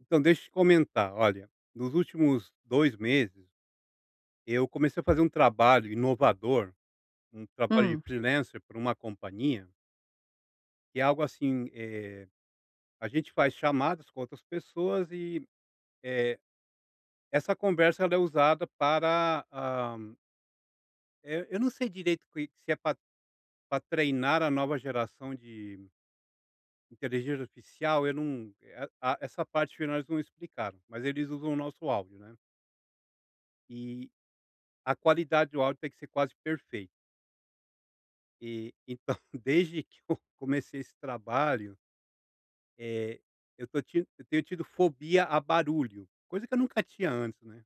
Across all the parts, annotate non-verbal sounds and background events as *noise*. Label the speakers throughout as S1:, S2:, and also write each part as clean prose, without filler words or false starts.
S1: Então, deixa eu te comentar. Olha, nos últimos 2 meses, eu comecei a fazer um trabalho inovador, um trabalho de
S2: Hum,
S1: freelancer para uma companhia, que é algo assim, a gente faz chamadas com outras pessoas e, eh, essa conversa ela é usada para, eu não sei direito que se é para treinar a nova geração de inteligência artificial, eu não a essa parte final eles não explicaram, mas eles usam o nosso áudio, né. E a qualidade do áudio tem que ser quase perfeita. E então, *laughs* desde que eu comecei esse trabalho, eh, eu tô tin eu tenho tido fobia a barulho, coisa que eu nunca tinha antes, né.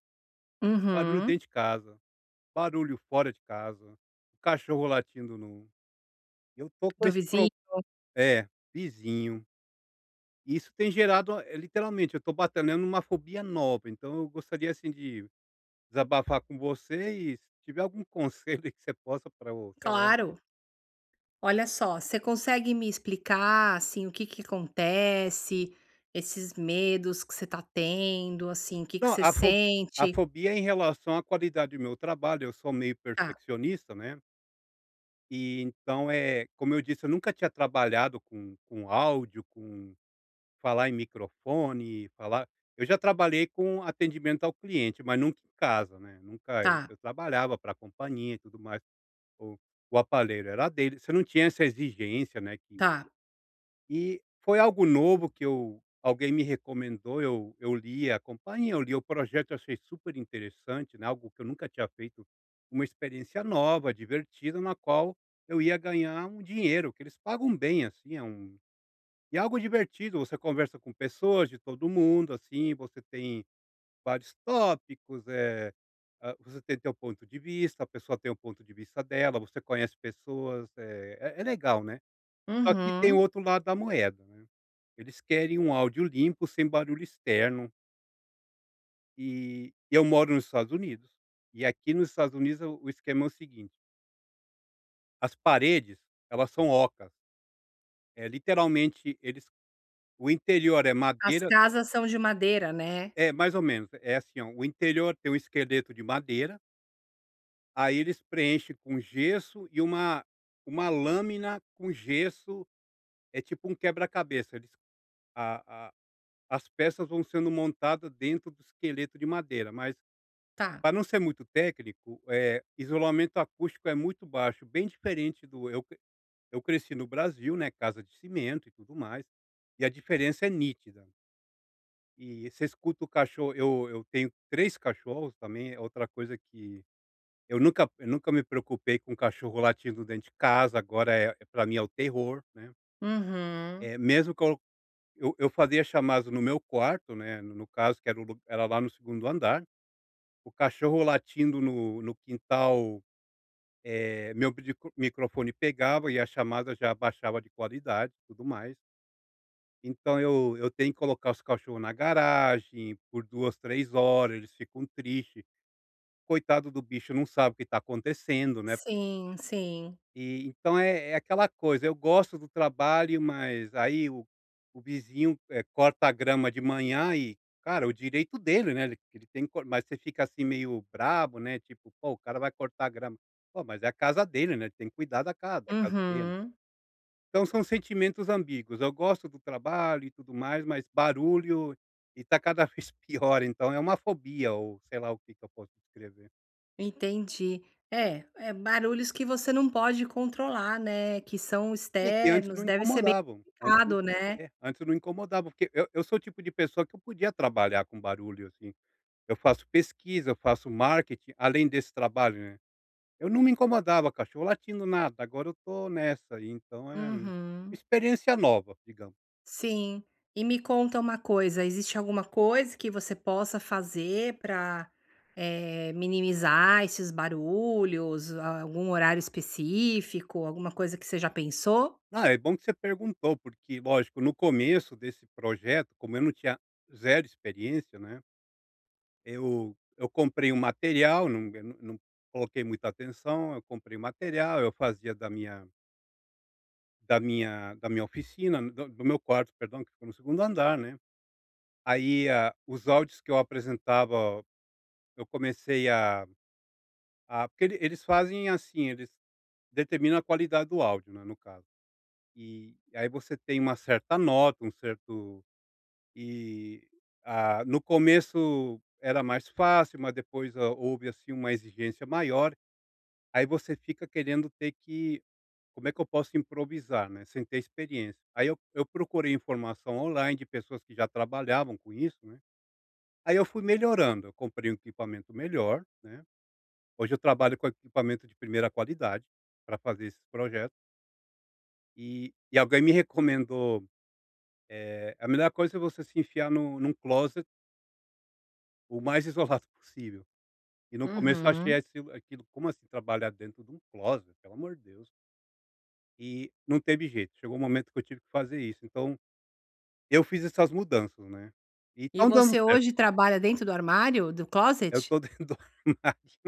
S1: Barulho
S2: uhum.
S1: dentro de casa, barulho fora de casa, o cachorro latindo no eu tô com
S2: Do
S1: esse pro
S2: vizinho?
S1: é, vizinho. E isso tem gerado, literalmente, eu tô batalhando uma fobia nova, então eu gostaria, assim, de desabafar com você e se tiver algum *laughs* conselho aí que você possa para eu, sei lá.
S2: Claro. Olha só, você consegue me explicar, assim, o que que acontece, esses medos que você tá tendo, assim, o que que
S1: Não,
S2: você
S1: a fo a
S2: sente?
S1: fobia é em relação à qualidade do meu trabalho, eu sou meio
S2: Tá,
S1: perfeccionista, né, e então, é, como eu disse, eu nunca tinha trabalhado com áudio, com falar em microfone, falar. Eu já trabalhei com atendimento ao cliente, mas nunca em casa, né, nunca eu
S2: tá,
S1: eu trabalhava para a companhia e tudo mais, o o aparelho era dele. Você não tinha essa exigência, né, que.
S2: tá.
S1: E foi algo novo que eu alguém me recomendou, eu li a companhia, eu li o projeto, achei super interessante, né, algo que eu nunca tinha feito, uma experiência nova, divertida, na qual eu ia ganhar um dinheiro, que eles pagam bem, assim, é um. E é algo divertido, você conversa com pessoas de todo mundo, assim, você tem vários tópicos, é, você tem teu ponto de vista, a pessoa tem o ponto de vista dela, você conhece pessoas, é é legal, né. Só que tem o
S2: Uhum.
S1: outro lado da moeda, né. Eles querem um áudio limpo, sem barulho externo, e eu moro nos Estados Unidos. E aqui nos Estados Unidos o esquema é o seguinte, as paredes, elas são ocas, é literalmente eles, o interior é
S2: As
S1: madeira.
S2: casas são de madeira, né?
S1: É, mais ou menos, é assim, ó, o interior tem um esqueleto de madeira, aí eles preenchem com gesso e uma lâmina com gesso, é tipo um quebra-cabeça, eles, a as peças vão sendo montadas dentro do esqueleto de madeira, mas
S2: Tá.
S1: para não ser muito técnico, isolamento acústico é muito baixo, bem diferente do eu cre, eu cresci no Brasil, né, casa de cimento e tudo mais, e a diferença é nítida. E você escuta o cachorro, eu tenho 3 cachorros também, é outra coisa que eu nunca me preocupei com cachorro latindo dentro de casa, agora é, é para mim é o terror, né.
S2: Uhum.
S1: Mesmo que eu, eu fazia chamado no meu quarto, né, no caso que era o lu, era lá no segundo andar, o cachorro latindo no quintal. Meu micro microfone pegava e a chamada já baixava de qualidade, tudo mais. Então eu tenho que colocar os cachorro na garagem por 2, 3 horas, eles ficam triste. Coitado do bicho, não sabe o que está acontecendo, né?
S2: Sim, sim.
S1: E então é, é aquela coisa, eu gosto do trabalho, mas aí o vizinho, corta a grama de manhã e, cara, o direito dele, né, ele tem que co, mas você fica assim meio brabo, né, tipo: "Pô, o cara vai cortar a grama". Pô, mas é a casa dele, né, ele tem que cuidar da casa dele.
S2: Uhum.
S1: Então são sentimentos ambíguos, eu gosto do trabalho e tudo mais, mas barulho e tá cada *laughs* vez pior, então é uma fobia ou sei lá o que que eu posso descrever.
S2: Entendi. É, é barulhos que você não pode controlar, né, que são
S1: É que antes
S2: externos,
S1: não
S2: deve ser bem
S1: incomodavam, antes não-
S2: complicado, né?
S1: é, antes não incomodavam, porque eu sou o tipo de pessoa que eu podia trabalhar com barulho, assim. Eu faço pesquisa, eu faço marketing, além desse trabalho, né. Eu não me incomodava, cachorro latindo, nada, agora eu tô nessa, e então é uma
S2: Uhum.
S1: experiência nova, digamos.
S2: Sim. E me conta uma coisa, existe alguma coisa que você possa fazer para minimizar esses barulhos, algum horário específico, alguma coisa que você já pensou?
S1: Ah, é bom que você perguntou, porque lógico, no começo desse projeto, como eu não tinha zero experiência, né, eu comprei um material, não eu não não coloquei muita atenção, eu comprei o material, eu fazia da minha da minha oficina, do meu quarto, perdão, que ficou no segundo andar, né. Aí, os áudios que eu apresentava, eu comecei a, porque ele eles fazem assim, eles determinam a qualidade do áudio, né, no caso. E aí você tem uma certa nota, um certo, e, no começo era mais fácil, mas depois, houve, assim, uma exigência maior, aí você fica querendo ter que, como é que eu posso improvisar, né, sem ter experiência. Aí eu procurei informação online de pessoas que já trabalhavam com isso, né. Aí eu fui melhorando, eu comprei um equipamento melhor, né. Hoje eu trabalho com equipamento de primeira qualidade para fazer esses projetos e, alguém me recomendou, a melhor coisa é você se enfiar no num closet o mais isolado *laughs* possível. E no começo eu achei
S2: Uhum.
S1: aquilo como assim trabalhar dentro de um closet, pelo amor de Deus. E não teve jeito, chegou um momento que eu tive que fazer isso, então eu fiz essas mudanças, né, e
S2: E
S1: estão dando
S2: você
S1: certo.
S2: hoje trabalha dentro do armário, do
S1: Eu
S2: closet?
S1: tô *laughs* dentro do armário.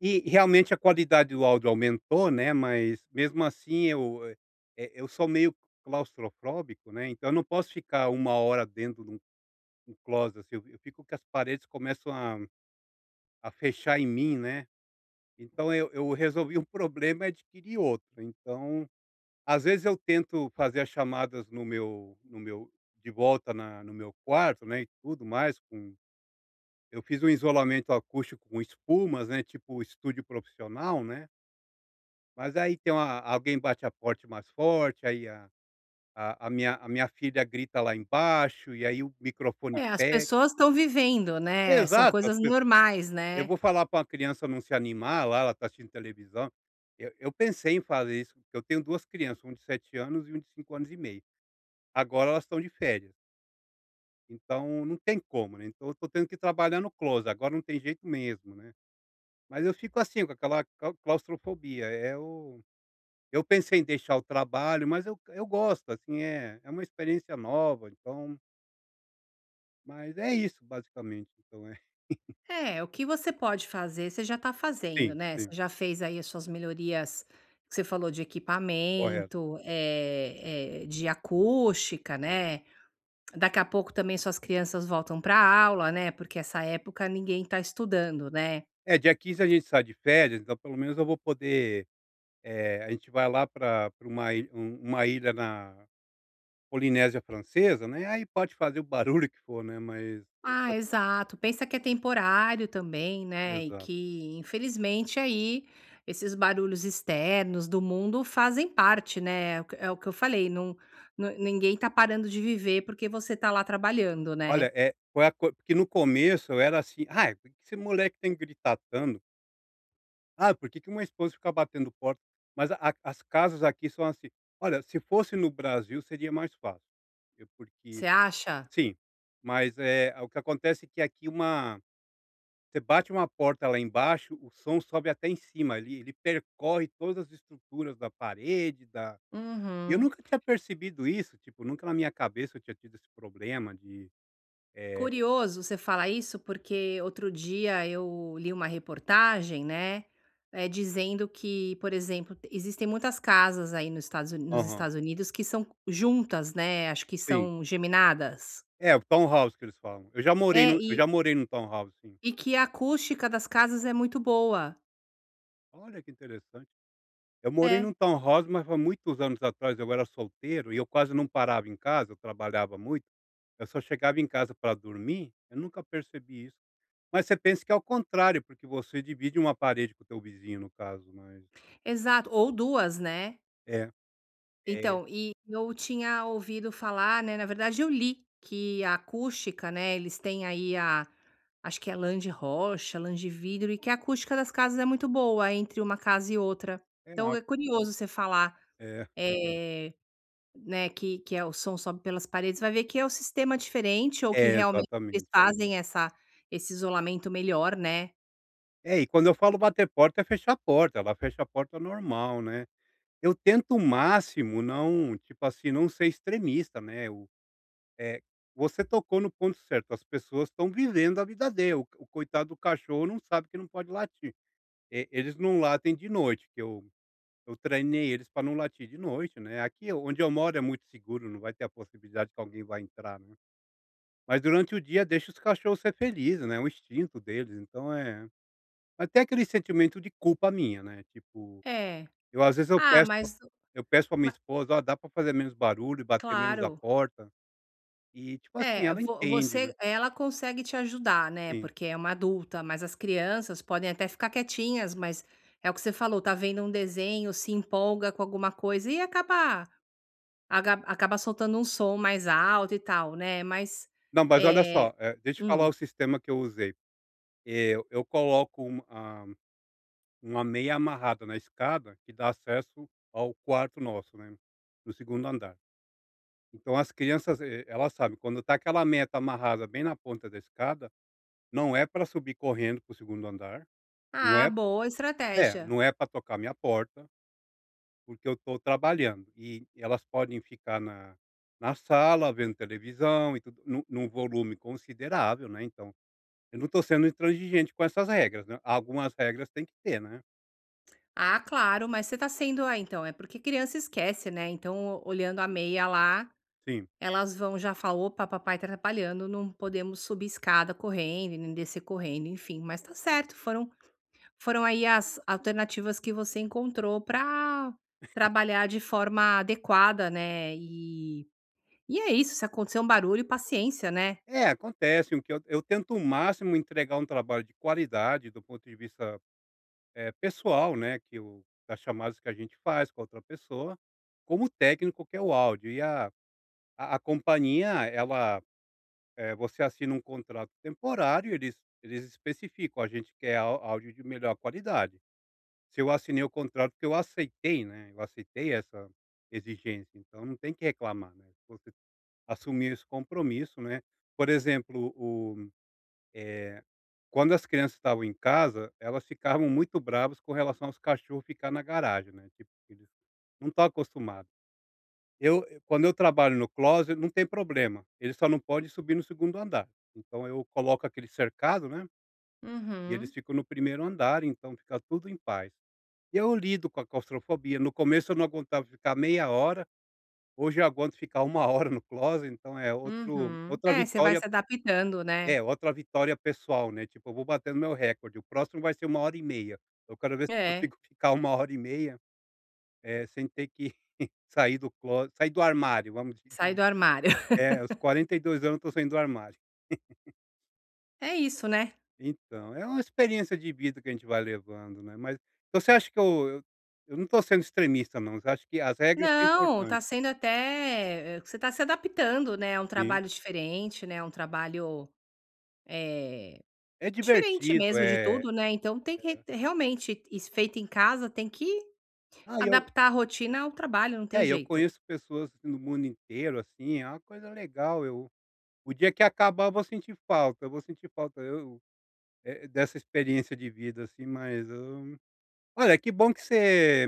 S1: E realmente a qualidade do áudio aumentou, né, mas mesmo assim eu, eu sou meio claustrofóbico, né, então eu não posso ficar uma hora dentro de um um closet, assim, eu fico que as paredes começam a fechar em mim, né. Então eu resolvi um *laughs* problema e adquiri outro. Então, às vezes eu tento fazer as chamadas no meu de volta na no meu quarto, né, e tudo mais com. Eu fiz um isolamento acústico com espumas, né, tipo estúdio profissional, né, mas aí tem uma, alguém bate a porta mais forte, aí a, a minha, a minha filha grita lá embaixo, e aí o microfone
S2: É, as
S1: pega.
S2: pessoas estão vivendo, né, são
S1: Exato, as
S2: coisas
S1: pesso,
S2: normais,
S1: eu
S2: né.
S1: vou falar para uma criança não se animar lá, ela está assistindo televisão. Eu pensei em fazer isso, porque eu tenho 2 crianças, um de 7 anos e um de 5 anos e meio. Agora elas estão de férias, então não tem como, né, então eu tô tendo que trabalhar no close. Agora não tem jeito mesmo, né. Mas eu fico assim, com aquela clau claustrofobia, é o, eu pensei em deixar o trabalho, mas eu gosto, assim, é é uma experiência nova, então. Mas é isso basicamente, então é,
S2: É, o que você pode fazer, você já está
S1: *laughs*
S2: fazendo,
S1: sim,
S2: né, você
S1: sim,
S2: já fez aí as suas melhorias, que você falou de
S1: correto.
S2: equipamento, de acústica, né, daqui a pouco também suas crianças voltam pra aula, né, porque essa época ninguém está estudando, né.
S1: É, dia 15 a gente sai de férias, então pelo menos eu vou poder, a gente vai lá para pra uma ilha, um, uma ilha na Polinésia Francesa, né, aí pode fazer o barulho que for, né, mas.
S2: Ah, exato. Pensa que é temporário também, né? E
S1: Exato.
S2: que, infelizmente, aí esses barulhos externos do mundo fazem parte, né? É o que eu falei, não, ninguém tá parando de viver porque você tá lá trabalhando, né?
S1: Olha, é foi a co, porque no começo eu era assim: "Ai, por que esse moleque tem que gritar tanto?" Ah, por que que uma esposa fica batendo porta? Mas a, as casas aqui são assim, olha, se fosse no Brasil seria mais fácil, porque.
S2: Você acha?
S1: Sim, mas, o que acontece é que aqui uma, você bate uma porta lá embaixo, o som sobe até em cima, ele percorre todas as estruturas da parede, da. E eu
S2: Uhum.
S1: nunca tinha percebido isso, tipo, nunca na minha cabeça eu tinha tido esse problema de, eh
S2: Curioso você falar isso, porque outro dia eu li uma reportagem, né, dizendo que, por exemplo, existem muitas casas aí nos
S1: aham,
S2: Estados Unidos que são juntas, né, acho que
S1: sim.
S2: são geminadas.
S1: É, o townhouse que eles falam. Eu já morei no,
S2: É,
S1: eu
S2: e
S1: já morei num townhouse, sim.
S2: e que a acústica das casas é muito boa.
S1: Olha que interessante. Eu morei
S2: É,
S1: num townhouse, mas há muitos anos atrás, eu era solteiro e eu quase não parava em casa, eu trabalhava muito, eu só chegava em casa para dormir, eu nunca percebi isso. Mas você pensa que é o contrário, porque você divide uma parede com o teu vizinho, no caso, mas
S2: exato, ou duas, né.
S1: é, é,
S2: Então, e eu tinha ouvido falar, né, na verdade eu li que a acústica, né, eles têm aí a acho que é lã de rocha, lã de vidro e que a acústica das casas é muito boa entre uma casa e outra.
S1: é
S2: Então é
S1: algo
S2: curioso você falar,
S1: é,
S2: eh, né, que é o som sobe pelas paredes, vai ver que é um sistema diferente ou que
S1: é,
S2: realmente eles
S1: exatamente.
S2: fazem essa esse isolamento melhor, né.
S1: É, e quando eu falo bater porta, é fechar a porta, ela fecha a porta normal, né. Eu tento o máximo não, tipo assim, não ser extremista, né. É, você tocou no ponto certo, as pessoas estão vivendo a vida dela, o coitado do cachorro não sabe que não pode latir. E eles não latem de noite, que eu treinei eles para não latir de noite, né. Aqui onde eu moro é muito seguro, não vai ter a possibilidade que alguém vai entrar, né. Mas durante o dia deixa os cachorros ser felizes, né, é um instinto deles, então é até aquele sentimento de culpa minha, né, tipo,
S2: É.
S1: eu às vezes eu
S2: Ah,
S1: peço pra,
S2: mas
S1: eu peço para minha
S2: ma
S1: esposa: "Ó, dá para fazer menos barulho, bater menos a
S2: claro.
S1: porta?" E tipo assim,
S2: É,
S1: ela
S2: vo
S1: entende, né.
S2: você ela consegue te ajudar, né,
S1: Sim.
S2: porque é uma adulta, mas as crianças podem até ficar quietinhas, mas é o que você falou, tá vendo um desenho, se empolga com alguma coisa e acaba aga acaba soltando um som mais alto e tal, né, mas,
S1: Não, mas olha
S2: eh
S1: só, deixa eu falar
S2: hum.
S1: o sistema que eu usei. Eu coloco um, uma meia amarrada na escada que dá acesso ao quarto nosso, né, no segundo andar. Então as crianças, elas sabem, quando tá aquela meia tá amarrada bem na ponta da escada, não é para subir correndo pro segundo andar, não
S2: Ah,
S1: é,
S2: boa
S1: é,
S2: estratégia.
S1: não é para tocar minha porta, porque eu tô trabalhando. E elas podem ficar na, na sala vendo televisão e tudo, num volume considerável, né, então eu não estou sendo intransigente com essas regras, né, algumas regras tem que ter, né.
S2: Ah, claro, mas você tá sendo ah, então, é porque criança esquece, né, então olhando a meia lá
S1: Sim.
S2: elas vão já falar: "Opa, papai tá atrapalhando, não podemos subir escada correndo nem descer correndo", enfim. Mas tá certo, foram aí as alternativas que você encontrou para trabalhar de forma adequada, né. E é isso, se acontecer um barulho, paciência, né.
S1: É, acontece o que eu tento o máximo entregar um trabalho de qualidade do ponto de vista, pessoal, né, que o das chamadas que a gente faz com a outra pessoa, como o técnico que é o áudio e a, a companhia ela, você assina um contrato temporário, eles especificam: "A gente quer á áudio de melhor qualidade". Se eu assinei o contrato, porque eu aceitei, né, eu aceitei essa exigência, então não tem que reclamar, né. Se você assumir esse compromisso, né. Por exemplo, o, eh, quando as crianças estavam em casa, elas ficavam muito bravas com relação aos cachorros ficar na garagem, né, tipo, eles não estão acostumados. Eu- quando eu trabalho no closet, não tem problema, eles só não podem subir no segundo andar. Então eu coloco aquele cercado, né, e eles
S2: Uhum,
S1: ficam no primeiro andar, então fica tudo em paz e eu lido com a claustrofobia. No começo eu não aguentava ficar meia hora, hoje eu aguento ficar uma *laughs* hora no closet, então é outro,
S2: uhum.
S1: outra
S2: É, você vai
S1: vitória.
S2: se adaptando, né.
S1: É, outra vitória pessoal, né, tipo, eu vou batendo meu recorde, o próximo vai ser uma hora e meia. Eu quero ver se eu
S2: É.
S1: consigo *laughs* ficar uma hora e meia, sem ter que *laughs* sair do closet, sair do armário, vamos
S2: Sai
S1: digamos.
S2: do armário. *laughs*
S1: É, aos 42 anos eu estou saindo do armário.
S2: É isso, né.
S1: Então, é uma experiência de vida que a gente vai levando, né, mas então, você acha que eu, eu não tô sendo extremista não, você acha que as regras são
S2: Não, tá
S1: importantes.
S2: sendo até você tá se adaptando, né, é um
S1: Sim.
S2: trabalho diferente, né, é um trabalho é,
S1: É
S2: diferente
S1: divertido,
S2: mesmo de
S1: é.
S2: tudo, né, então tem que realmente isso feito em casa tem que
S1: Ah, eu,
S2: adaptar a rotina ao trabalho, não tem
S1: é, eu
S2: jeito.
S1: conheço pessoas assim, do mundo inteiro, assim, é uma coisa legal, eu, o dia que acabar eu vou sentir falta, eu vou sentir falta, eu, dessa experiência de vida, assim, mas eu, olha, que bom que você,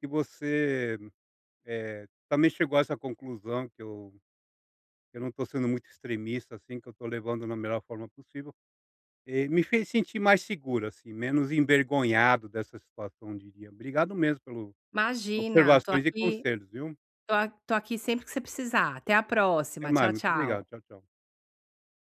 S1: que você, também chegou a essa conclusão que eu, não estou sendo muito extremista, assim, que eu estou levando na melhor forma possível, me fez sentir mais seguro, assim, menos envergonhado dessa situação, eu diria. Obrigado mesmo pelas
S2: Imagina, tô
S1: observações e
S2: aqui
S1: conselhos, viu.
S2: tô aqui sempre que você precisar, até a
S1: Até
S2: próxima,
S1: mais,
S2: tchau,
S1: muito obrigado.
S2: tchau.
S1: Tchau, tchau.